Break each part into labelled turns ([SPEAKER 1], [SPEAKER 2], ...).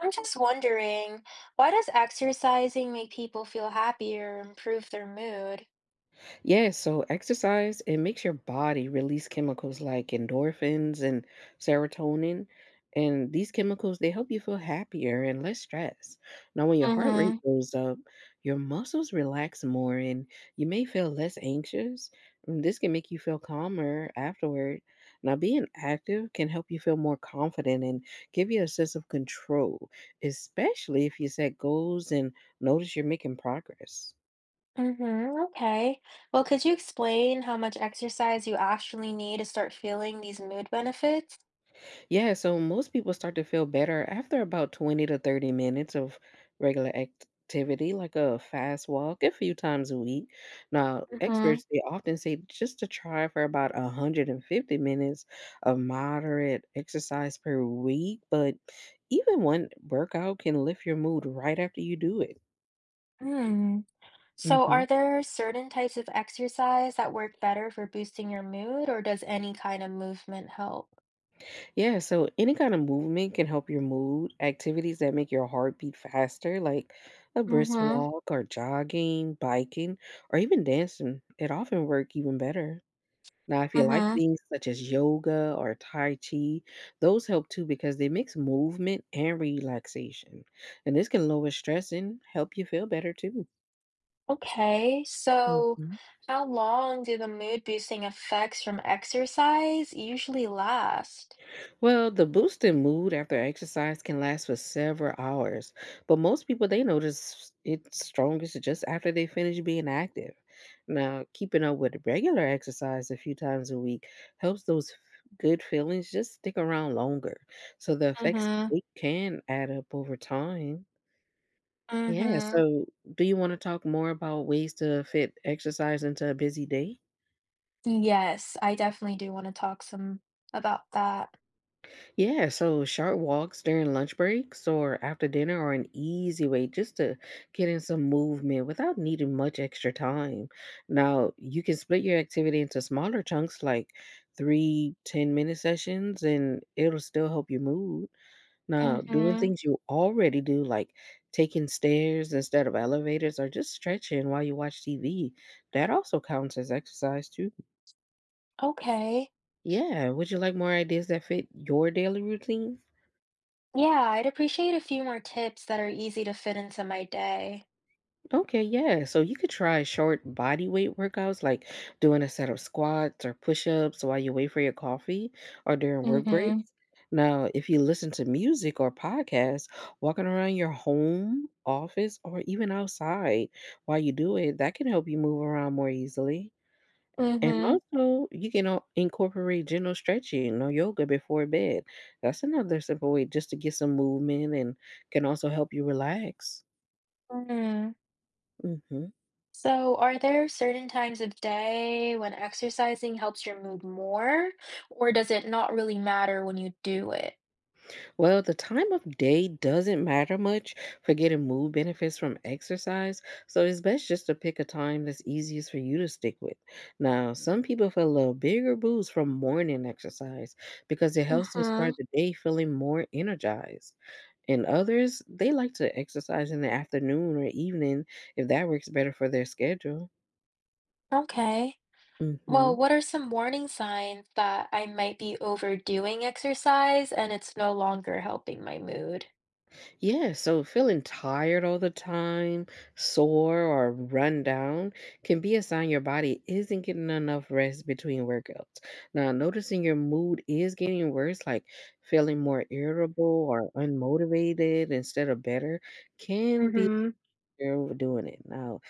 [SPEAKER 1] I'm just wondering, why does exercising make people feel happier or improve their mood?
[SPEAKER 2] Yeah, so exercise, it makes your body release chemicals like endorphins and serotonin. And these chemicals, they help you feel happier and less stressed. Now, when your heart rate goes up, your muscles relax more and you may feel less anxious. And this can make you feel calmer afterward. Now, being active can help you feel more confident and give you a sense of control, especially if you set goals and notice you're making progress.
[SPEAKER 1] Mm-hmm, okay. Well, could you explain how much exercise you actually need to start feeling these mood benefits?
[SPEAKER 2] Yeah, so most people start to feel better after about 20 to 30 minutes of regular activity, like a fast walk a few times a week. Now,
[SPEAKER 1] Mm-hmm.
[SPEAKER 2] experts they often say just to try for about 150 minutes of moderate exercise per week, but even one workout can lift your mood right after you do it.
[SPEAKER 1] Hmm. So
[SPEAKER 2] hmm
[SPEAKER 1] are there certain types of exercise that work better for boosting your mood, or does any kind of movement help?
[SPEAKER 2] Yeah, so any kind of movement can help your mood. Activities that make your heart beat faster, like a brisk
[SPEAKER 1] Mm-hmm.
[SPEAKER 2] walk or jogging, biking, or even dancing, it often work even better. Now, if you like
[SPEAKER 1] Mm-hmm.
[SPEAKER 2] things such as yoga or Tai Chi, those help too because they mix movement and relaxation. And this can lower stress and help you feel better too.
[SPEAKER 1] Okay, so
[SPEAKER 2] Mhm.
[SPEAKER 1] how long do the mood boosting effects from exercise usually last?
[SPEAKER 2] Well, the boost in mood after exercise can last for several hours, but most people they notice it's strongest just after they finish being active. Now, keeping up with regular exercise a few times a week helps those good feelings just stick around longer. So the effects
[SPEAKER 1] Mm-hmm.
[SPEAKER 2] they can add up over time. Yeah,
[SPEAKER 1] Mm-hmm.
[SPEAKER 2] so do you want to talk more about ways to fit exercise into a busy day?
[SPEAKER 1] Yes, I definitely do want to talk some about that.
[SPEAKER 2] Yeah, so short walks during lunch breaks or after dinner are an easy way just to get in some movement without needing much extra time. Now, you can split your activity into smaller chunks like three 10-minute sessions and it'll still help you move. Now, doing
[SPEAKER 1] Mm-hmm.
[SPEAKER 2] things you already do, like taking stairs instead of elevators or just stretching while you watch TV, that also counts as exercise too.
[SPEAKER 1] Okay.
[SPEAKER 2] Yeah, would you like more ideas that fit your daily routine?
[SPEAKER 1] Yeah, I'd appreciate a few more tips that are easy to fit into my day.
[SPEAKER 2] Okay, yeah. So you could try short body weight workouts like doing a set of squats or push-ups while you wait for your coffee or during work breaks.
[SPEAKER 1] Mm-hmm.
[SPEAKER 2] Now, if you listen to music or podcasts, walking around your home, office, or even outside while you do it, that can help you move around more easily. And
[SPEAKER 1] Mm-hmm.
[SPEAKER 2] also, you can incorporate gentle stretching or yoga before bed. That's another simple way just to get some movement and can also help you relax.
[SPEAKER 1] Mm-hmm.
[SPEAKER 2] hmm
[SPEAKER 1] So, are there certain times of day when exercising helps your mood more, or does it not really matter when you do it?
[SPEAKER 2] Well, the time of day doesn't matter much for getting mood benefits from exercise, so it's best just to pick a time that's easiest for you to stick with. Now, some people feel a little bigger boost from morning exercise because it helps them
[SPEAKER 1] Mm-hmm.
[SPEAKER 2] start the day feeling more energized. And others, they like to exercise in the afternoon or evening if that works better for their schedule.
[SPEAKER 1] Okay.
[SPEAKER 2] hmm
[SPEAKER 1] Well, what are some warning signs that I might be overdoing exercise and it's no longer helping my mood?
[SPEAKER 2] Yeah, so feeling tired all the time, sore, or run down can be a sign your body isn't getting enough rest between workouts. Now, noticing your mood is getting worse, like feeling more irritable or unmotivated instead of better, can be
[SPEAKER 1] hmm
[SPEAKER 2] you're overdoing it. Now,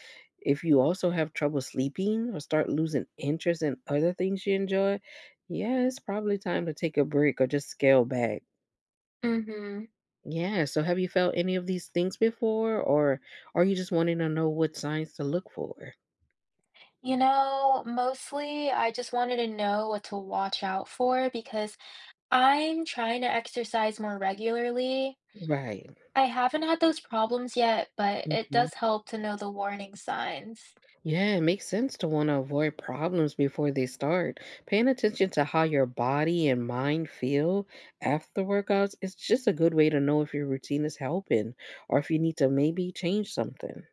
[SPEAKER 2] if you also have trouble sleeping or start losing interest in other things you enjoy, yeah, it's probably time to take a break or just scale back.
[SPEAKER 1] Mm-hmm.
[SPEAKER 2] Yeah, so have you felt any of these things before, or are you just wanting to know what signs to look for?
[SPEAKER 1] You know, mostly I just wanted to know what to watch out for because I'm trying to exercise more regularly.
[SPEAKER 2] Right.
[SPEAKER 1] I haven't had those problems yet, but it
[SPEAKER 2] Mhm.
[SPEAKER 1] does help to know the warning signs.
[SPEAKER 2] Yeah, it makes sense to want to avoid problems before they start. Paying attention to how your body and mind feel after workouts is just a good way to know if your routine is helping or if you need to maybe change something.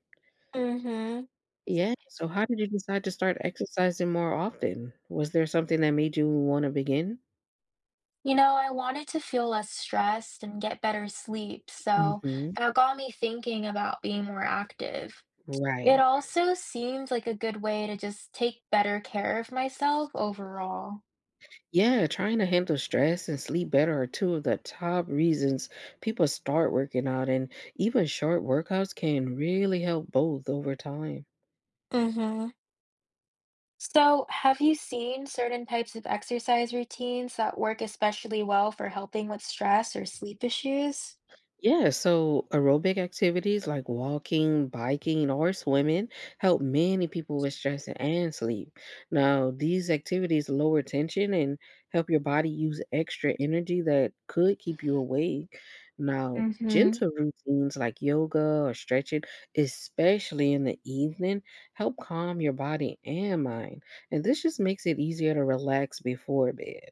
[SPEAKER 1] Mm-hmm.
[SPEAKER 2] Yeah, so how did you decide to start exercising more often? Was there something that made you want to begin?
[SPEAKER 1] You know, I wanted to feel less stressed and get better sleep, so
[SPEAKER 2] Hmm.
[SPEAKER 1] that got me thinking about being more active. It
[SPEAKER 2] Right.
[SPEAKER 1] also seemed like a good way to just take better care of myself overall.
[SPEAKER 2] Yeah, trying to handle stress and sleep better are two of the top reasons people start working out, and even short workouts can really help both over time.
[SPEAKER 1] Mm-hmm. So, have you seen certain types of exercise routines that work especially well for helping with stress or sleep issues?
[SPEAKER 2] Yeah, so aerobic activities like walking, biking, or swimming help many people with stress and sleep. Now, these activities lower tension and help your body use extra energy that could keep you awake. Now,
[SPEAKER 1] Mm-hmm.
[SPEAKER 2] gentle routines like yoga or stretching, especially in the evening, help calm your body and mind. And this just makes it easier to relax before bed.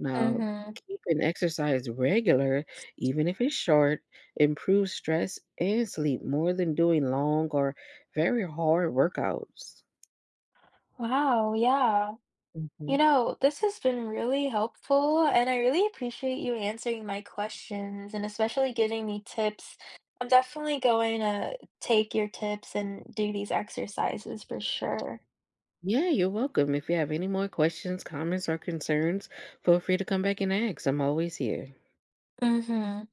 [SPEAKER 2] Now,
[SPEAKER 1] Mm-hmm.
[SPEAKER 2] keeping exercise regular even if it's short, improves stress and sleep more than doing long or very hard workouts.
[SPEAKER 1] Wow, yeah. You
[SPEAKER 2] Mhm.
[SPEAKER 1] know, this has been really helpful, and I really appreciate you answering my questions and especially giving me tips. I'm definitely going to take your tips and do these exercises for sure.
[SPEAKER 2] Yeah, you're welcome. If you have any more questions, comments, or concerns, feel free to come back and ask. I'm always here.
[SPEAKER 1] Mm-hmm.